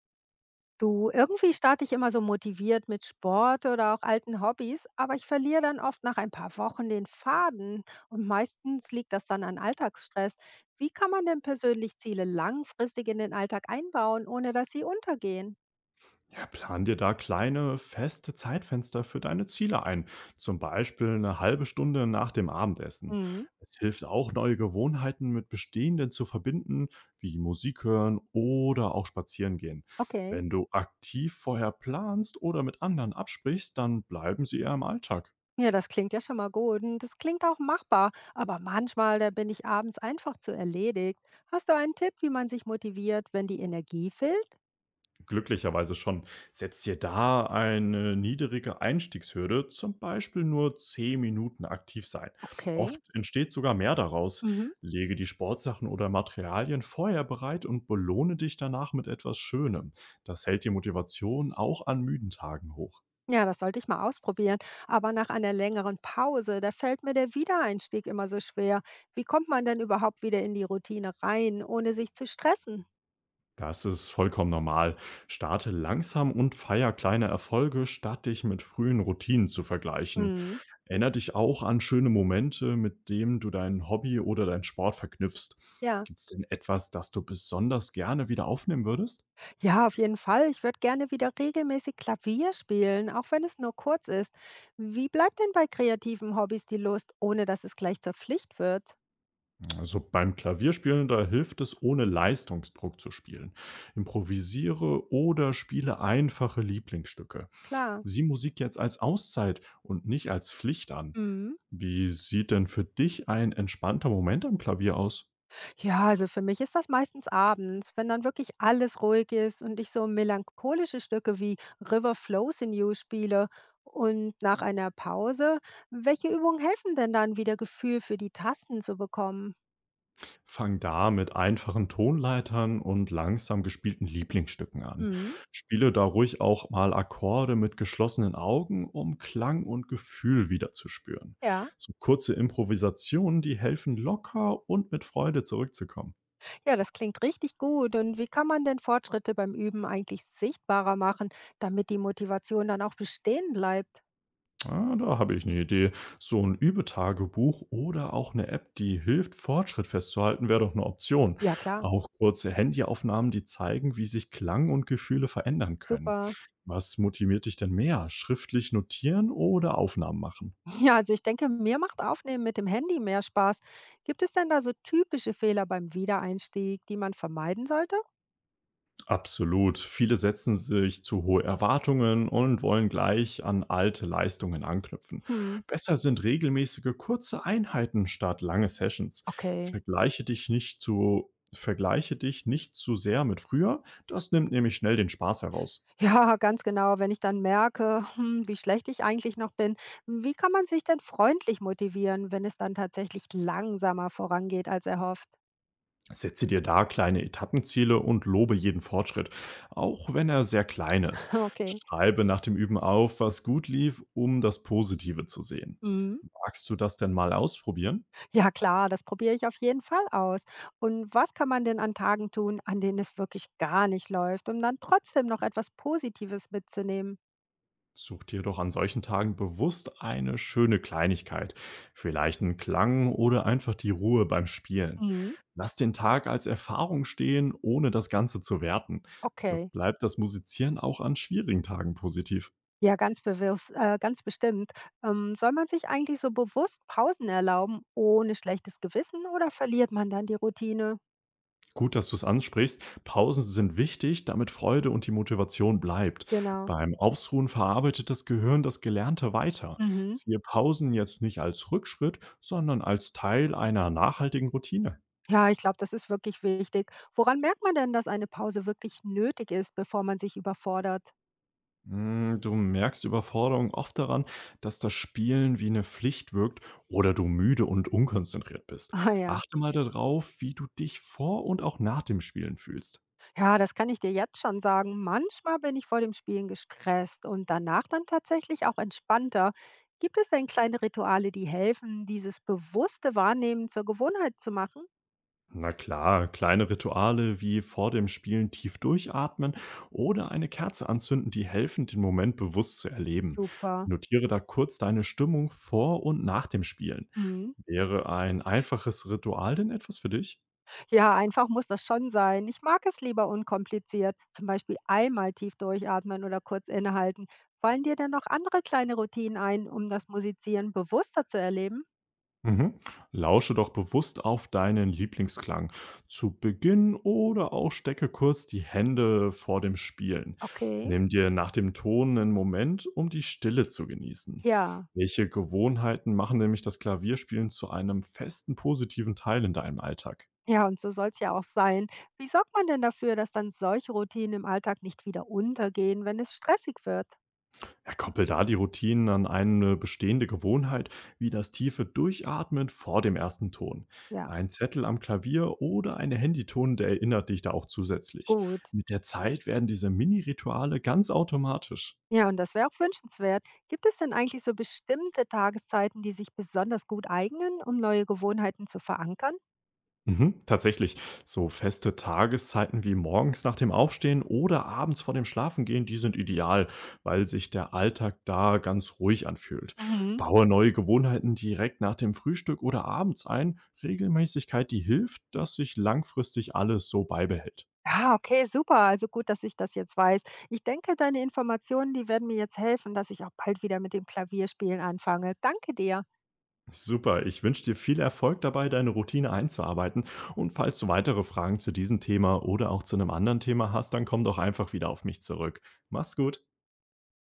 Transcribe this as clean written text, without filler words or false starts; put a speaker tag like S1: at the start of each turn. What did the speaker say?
S1: Du, irgendwie starte ich immer so motiviert mit Sport oder auch alten Hobbys, aber ich verliere dann oft nach ein paar Wochen den Faden und meistens liegt das dann an Alltagsstress. Wie kann man denn persönlich Ziele langfristig in den Alltag einbauen, ohne dass sie untergehen?
S2: Ja, plan dir da kleine, feste Zeitfenster für deine Ziele ein. Zum Beispiel eine halbe Stunde nach dem Abendessen.
S1: Mhm.
S2: Es hilft auch, neue Gewohnheiten mit bestehenden zu verbinden, wie Musik hören oder auch spazieren gehen.
S1: Okay.
S2: Wenn du aktiv vorher planst oder mit anderen absprichst, dann bleiben sie eher im Alltag.
S1: Ja, das klingt ja schon mal gut und das klingt auch machbar, aber manchmal, da bin ich abends einfach zu erledigt. Hast du einen Tipp, wie man sich motiviert, wenn die Energie fehlt?
S2: Glücklicherweise schon. Setzt ihr da eine niedrige Einstiegshürde, zum Beispiel nur 10 Minuten aktiv sein.
S1: Okay.
S2: Oft entsteht sogar mehr daraus.
S1: Mhm.
S2: Lege die Sportsachen oder Materialien vorher bereit und belohne dich danach mit etwas Schönem. Das hält die Motivation auch an müden Tagen hoch.
S1: Ja, das sollte ich mal ausprobieren. Aber nach einer längeren Pause, da fällt mir der Wiedereinstieg immer so schwer. Wie kommt man denn überhaupt wieder in die Routine rein, ohne sich zu stressen?
S2: Das ist vollkommen normal. Starte langsam und feier kleine Erfolge, statt dich mit frühen Routinen zu vergleichen.
S1: Mhm.
S2: Erinner dich auch an schöne Momente, mit denen du dein Hobby oder deinen Sport verknüpfst.
S1: Ja,
S2: Gibt es denn etwas, das du besonders gerne wieder aufnehmen würdest?
S1: ja, auf jeden Fall. Ich würde gerne wieder regelmäßig Klavier spielen, auch wenn es nur kurz ist. Wie bleibt denn bei kreativen Hobbys die Lust, ohne dass es gleich zur Pflicht wird?
S2: Also beim Klavierspielen, da hilft es, ohne Leistungsdruck zu spielen. Improvisiere oder spiele einfache Lieblingsstücke.
S1: Klar.
S2: Sieh Musik jetzt als Auszeit und nicht als Pflicht an.
S1: Mhm.
S2: Wie sieht denn für dich ein entspannter Moment am Klavier aus?
S1: Ja, also für mich ist das meistens abends, wenn dann wirklich alles ruhig ist und ich so melancholische Stücke wie River Flows in You spiele. Und nach einer Pause, welche Übungen helfen denn dann, wieder Gefühl für die Tasten zu bekommen?
S2: Fang da mit einfachen Tonleitern und langsam gespielten Lieblingsstücken an.
S1: Mhm.
S2: Spiele da ruhig auch mal Akkorde mit geschlossenen Augen, um Klang und Gefühl wieder zu spüren.
S1: Ja,
S2: So kurze Improvisationen, die helfen locker und mit Freude zurückzukommen.
S1: ja, das klingt richtig gut. Und wie kann man denn Fortschritte beim Üben eigentlich sichtbarer machen, damit die Motivation dann auch bestehen bleibt?
S2: Ah, da habe ich eine Idee. So ein Übetagebuch oder auch eine App, die hilft, Fortschritt festzuhalten, wäre doch eine Option.
S1: Ja, klar.
S2: Auch kurze Handyaufnahmen, die zeigen, wie sich Klang und Gefühle verändern können.
S1: Super.
S2: Was motiviert dich denn mehr? Schriftlich notieren oder Aufnahmen machen?
S1: Ja, also ich denke, mir macht Aufnehmen mit dem Handy mehr Spaß. Gibt es denn da so typische Fehler beim Wiedereinstieg, die man vermeiden sollte?
S2: Absolut. Viele setzen sich zu hohe Erwartungen und wollen gleich an alte Leistungen anknüpfen.
S1: Hm.
S2: Besser sind regelmäßige kurze Einheiten statt lange Sessions.
S1: Okay.
S2: Vergleiche dich nicht zu sehr mit früher, das nimmt nämlich schnell den Spaß heraus.
S1: Ja, ganz genau. Wenn ich dann merke, hm, wie schlecht ich eigentlich noch bin, wie kann man sich denn freundlich motivieren, wenn es dann tatsächlich langsamer vorangeht als erhofft?
S2: Setze dir da kleine Etappenziele und lobe jeden Fortschritt, auch wenn er sehr klein ist.
S1: Okay.
S2: Schreibe nach dem Üben auf, was gut lief, um das Positive zu sehen.
S1: Mhm.
S2: Magst du das denn mal ausprobieren?
S1: Ja, klar, das probiere ich auf jeden Fall aus. Und was kann man denn an Tagen tun, an denen es wirklich gar nicht läuft, um dann trotzdem noch etwas Positives mitzunehmen?
S2: Such dir doch an solchen Tagen bewusst eine schöne Kleinigkeit, vielleicht einen Klang oder einfach die Ruhe beim Spielen.
S1: Mhm.
S2: Lass den Tag als Erfahrung stehen, ohne das Ganze zu werten. So
S1: Okay.
S2: bleibt das Musizieren auch an schwierigen Tagen positiv.
S1: Ja, ganz bewusst, ganz bestimmt. Soll man sich eigentlich so bewusst Pausen erlauben, ohne schlechtes Gewissen oder verliert man dann die Routine?
S2: Gut, dass du es ansprichst. Pausen sind wichtig, damit Freude und die Motivation bleibt.
S1: Genau.
S2: Beim Ausruhen verarbeitet das Gehirn das Gelernte weiter.
S1: Mhm.
S2: Siehe Pausen jetzt nicht als Rückschritt, sondern als Teil einer nachhaltigen Routine.
S1: Ja, ich glaube, das ist wirklich wichtig. Woran merkt man denn, dass eine Pause wirklich nötig ist, bevor man sich überfordert?
S2: Hm, du merkst Überforderung oft daran, dass das Spielen wie eine Pflicht wirkt oder du müde und unkonzentriert bist.
S1: Ah ja,
S2: Achte mal darauf, wie du dich vor und auch nach dem Spielen fühlst.
S1: ja, das kann ich dir jetzt schon sagen. Manchmal bin ich vor dem Spielen gestresst und danach dann tatsächlich auch entspannter. Gibt es denn kleine Rituale, die helfen, dieses bewusste Wahrnehmen zur Gewohnheit zu machen?
S2: Na klar, kleine Rituale wie vor dem Spielen tief durchatmen oder eine Kerze anzünden, die helfen, den Moment bewusst zu erleben.
S1: Super.
S2: Notiere da kurz deine Stimmung vor und nach dem Spielen.
S1: Mhm.
S2: Wäre ein einfaches Ritual denn etwas für dich?
S1: Ja, einfach muss das schon sein. Ich mag es lieber unkompliziert. Zum Beispiel einmal tief durchatmen oder kurz innehalten. Fallen dir denn noch andere kleine Routinen ein, um das Musizieren bewusster zu erleben?
S2: Mhm. Lausche doch bewusst auf deinen Lieblingsklang zu Beginn oder auch stecke kurz die Hände vor dem Spielen.
S1: Okay.
S2: Nimm dir nach dem Ton einen Moment, um die Stille zu genießen.
S1: Ja.
S2: Welche Gewohnheiten machen nämlich das Klavierspielen zu einem festen positiven Teil in deinem Alltag?
S1: Ja, und so soll es ja auch sein. Wie sorgt man denn dafür, dass dann solche Routinen im Alltag nicht wieder untergehen, wenn es stressig wird?
S2: Ja, koppel da die Routinen an eine bestehende Gewohnheit, wie das tiefe Durchatmen vor dem ersten Ton.
S1: Ja,
S2: Ein Zettel am Klavier oder eine Handyton, der erinnert dich da auch zusätzlich.
S1: gut.
S2: Mit der Zeit werden diese Mini-Rituale ganz automatisch.
S1: Ja, und das wäre auch wünschenswert. Gibt es denn eigentlich so bestimmte Tageszeiten, die sich besonders gut eignen, um neue Gewohnheiten zu verankern?
S2: Mhm, tatsächlich. So feste Tageszeiten wie morgens nach dem Aufstehen oder abends vor dem Schlafengehen, die sind ideal, weil sich der Alltag da ganz ruhig anfühlt.
S1: Mhm.
S2: Baue neue Gewohnheiten direkt nach dem Frühstück oder abends ein. Regelmäßigkeit, die hilft, dass sich langfristig alles so beibehält.
S1: Ja, okay, super. Also gut, dass ich das jetzt weiß. Ich denke, deine Informationen, die werden mir jetzt helfen, dass ich auch bald wieder mit dem Klavierspielen anfange. Danke dir.
S2: Super, ich wünsche dir viel Erfolg dabei, deine Routine einzuarbeiten. Und falls du weitere Fragen zu diesem Thema oder auch zu einem anderen Thema hast, dann komm doch einfach wieder auf mich zurück. Mach's gut.